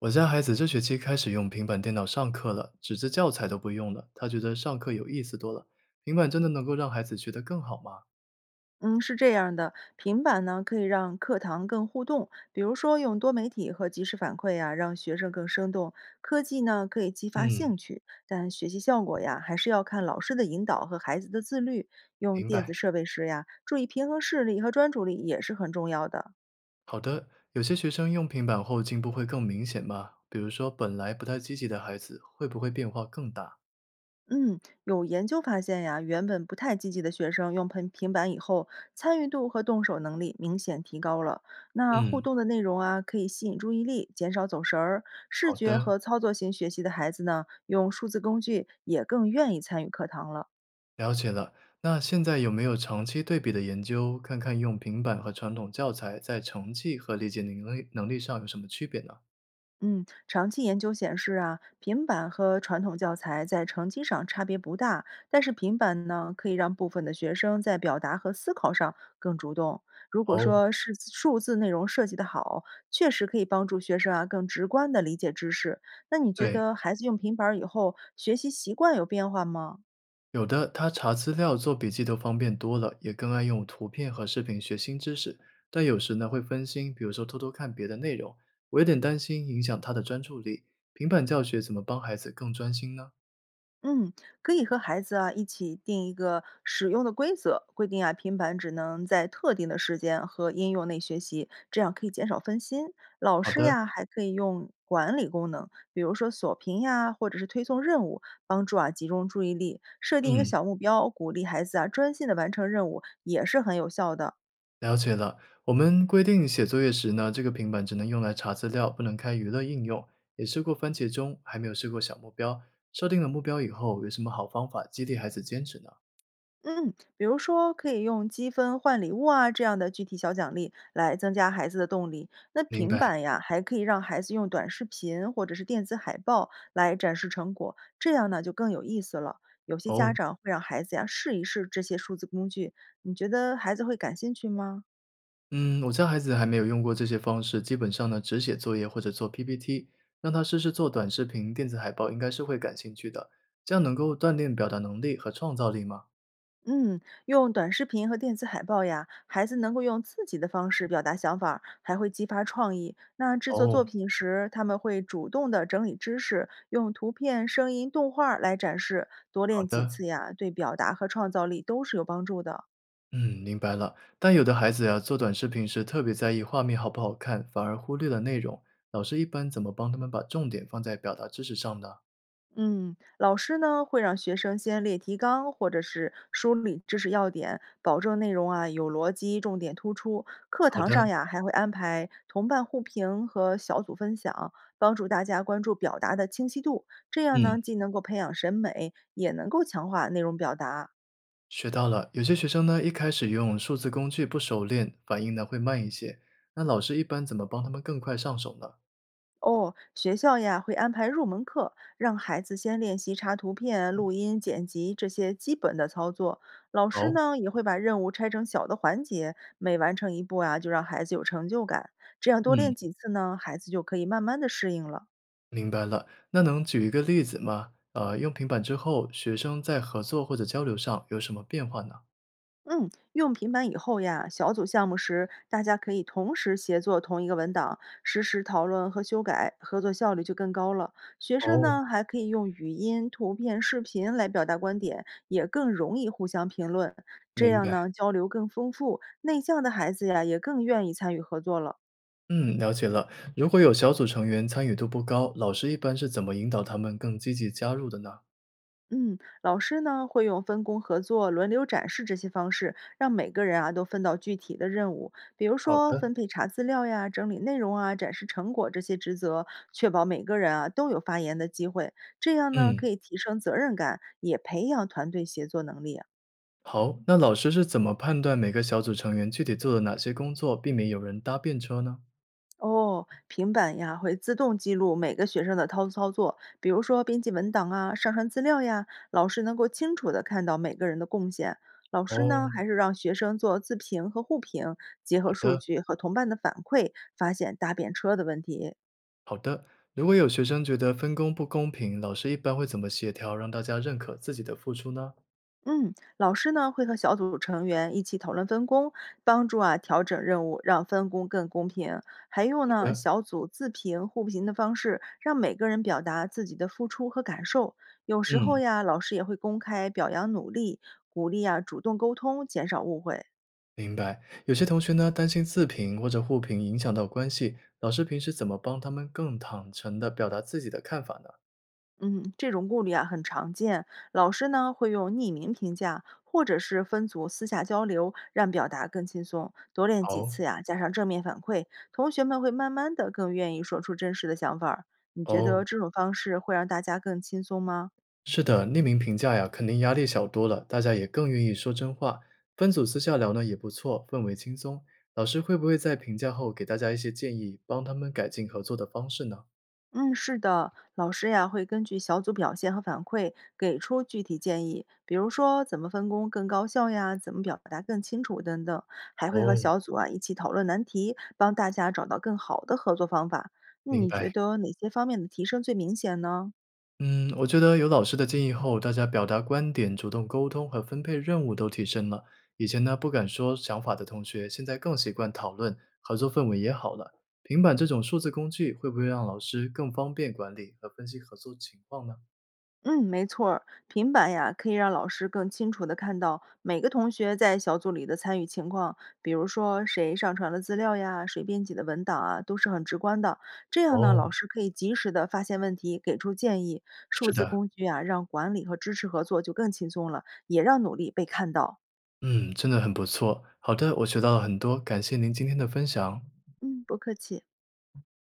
我家孩子这学期开始用平板电脑上课了，纸质教材都不用了。他觉得上课有意思多了。平板真的能够让孩子学得更好吗？嗯，是这样的，平板呢可以让课堂更互动，比如说用多媒体和及时反馈呀，让学生更生动。科技呢可以激发嗯，兴趣，但学习效果呀还是要看老师的引导和孩子的自律。用明电白。子设备时呀，注意平衡视力和专注力也是很重要的。好的，有些学生用平板后进步会更明显吗？比如说本来不太积极的孩子，会不会变化更大？嗯，有研究发现呀，原本不太积极的学生用平板以后，参与度和动手能力明显提高了。那互嗯，动的内容啊，可以吸引注意力，减少走神儿。视好觉的，和操作型学习的孩子呢，用数字工具也更愿意参与课堂了。了解了。那现在有没有长期对比的研究，看看用平板和传统教材在成绩和理解能力上有什么区别呢？嗯，长期研究显示啊，平板和传统教材在成绩上差别不大，但是平板呢，可以让部分的学生在表达和思考上更主动。如果哦，说是数字内容设计的好，确实可以帮助学生啊更直观的理解知识。那你觉对，得孩子用平板儿以后，学习习惯有变化吗？有的，他查资料、做笔记都方便多了，也更爱用图片和视频学新知识。但有时呢，会分心，比如说偷偷看别的内容。我有点担心影响他的专注力。平板教学怎么帮孩子更专心呢？嗯，可以和孩子啊一起定一个使用的规则，规定啊平板只能在特定的时间和应用内学习，这样可以减少分心。老好师的，呀还可以用管理功能，比如说锁屏呀，或者是推送任务，帮助啊集中注意力。设定一个嗯，小目标，鼓励孩子啊专心的完成任务，也是很有效的。了解了。我们规定写作业时呢，这个平板只能用来查资料，不能开娱乐应用。也试过番茄钟，还没有试过小目标。设定了目标以后，有什么好方法激励孩子坚持呢？嗯，比如说可以用积分换礼物啊这样的具体小奖励来增加孩子的动力。那明平白板呀，还可以让孩子用短视频或者是电子海报来展示成果，这样呢就更有意思了。有些家哦。长会让孩子呀试一试这些数字工具，你觉得孩子会感兴趣吗？嗯，我家孩子还没有用过这些方式，基本上呢，只写作业或者做 PPT，让他试试做短视频、电子海报，应该是会感兴趣的。这样能够锻炼表达能力和创造力吗？嗯，用短视频和电子海报呀，孩子能够用自己的方式表达想法还会激发创意。那制作哦，作品时，他们会主动的整理知识，用图片、声音、动画儿来展示。多好练几的，次呀，对表达和创造力都是有帮助的。嗯，明白了。但有的孩子呀，做短视频时特别在意画面好不好看，反而忽略了内容。老师一般怎么帮他们把重点放在表达知识上呢？嗯，老师呢会让学生先列提纲，或者是梳理知识要点，保证内容啊有逻辑，重点突出。课好堂的，上呀还会安排同伴互评和小组分享，帮助大家关注表达的清晰度。这样嗯，呢，既能够培养审美，也能够强化内容表达。学到了。有些学生呢，一开始用数字工具不熟练，反应呢会慢一些。那老师一般怎么帮他们更快上手呢？哦，学校呀会安排入门课，让孩子先练习查图片、录音、剪辑这些基本的操作。老师哦，呢也会把任务拆成小的环节，每完成一步啊，就让孩子有成就感。这样多嗯，练几次呢，孩子就可以慢慢的适应了。明白了。那能举一个例子吗？用平板之后，学生在合作或者交流上有什么变化呢？嗯，用平板以后呀，小组项目时大家可以同时协作同一个文档，实时讨论和修改，合作效率就更高了。学生哦，呢还可以用语音、图片、视频来表达观点，也更容易互相评论。这明样白。呢，交流更丰富，内向的孩子呀也更愿意参与合作了。嗯，了解了。如果有小组成员参与度不高，老师一般是怎么引导他们更积极加入的呢？嗯，老师呢会用分工合作、轮流展示这些方式，让每个人啊都分到具体的任务，比如好说的，分配查资料呀、整理内容啊、展示成果这些职责，确保每个人啊都有发言的机会。这样呢，可嗯，以提升责任感，也培养团队协作能力啊。好。那老师是怎么判断每个小组成员具体做了哪些工作，避免有人搭便车呢？哦，平板呀会自动记录每个学生的操作，比如说编辑文档啊、上传资料呀，老师能够清楚的看到每个人的贡献。老师呢，哦，还是让学生做自评和互评，结好合数的，据和同伴的反馈，发现搭便车的问题。好的。如果有学生觉得分工不公平，老师一般会怎么协调，让大家认可自己的付出呢？嗯，老师呢会和小组成员一起讨论分工，帮助啊调整任务，让分工更公平。还用好呢的，小组自评互评的方式，让每个人表达自己的付出和感受。有时候嗯，呀，老师也会公开表扬努力，鼓励啊主动沟通，减少误会。明白。有些同学呢，担心自评或者互评影响到关系，老师平时怎么帮他们更坦诚地表达自己的看法呢？嗯，这种顾虑啊很常见。老师呢会用匿名评价，或者是分组私下交流，让表达更轻松。多练几哦，次呀，加上正面反馈，同学们会慢慢的更愿意说出真实的想法儿。你觉哦，得这种方式会让大家更轻松吗？是的，匿名评价呀，肯定压力小多了，大家也更愿意说真话。分组私下聊呢也不错，氛围轻松。老师会不会在评价后给大家一些建议，帮他们改进合作的方式呢？嗯，是的，老师呀会根据小组表现和反馈给出具体建议，比如说怎么分工更高效呀，怎么表达更清楚等等，还会和哦，小组啊一起讨论难题，帮大家找到更好的合作方法。那明你觉白。得哪些方面的提升最明显呢？嗯，我觉得有老师的建议后，大家表达观点、主动沟通和分配任务都提升了。以前呢，不敢说想法的同学，现在更习惯讨论，合作氛围也好了。平板这种数字工具会不会让老师更方便管理和分析合作情况呢？嗯，没错儿，平板呀可以让老师更清楚地看到每个同学在小组里的参与情况，比如说谁上传了资料呀，谁编辑的文档啊，都是很直观的。这样呢，哦，老师可以及时地发现问题，给出建议。数是字的，工具啊，让管理和支持合作就更轻松了，也让努力被看到。嗯，真的很不错。好的，我学到了很多，感谢您今天的分享。嗯，不客气。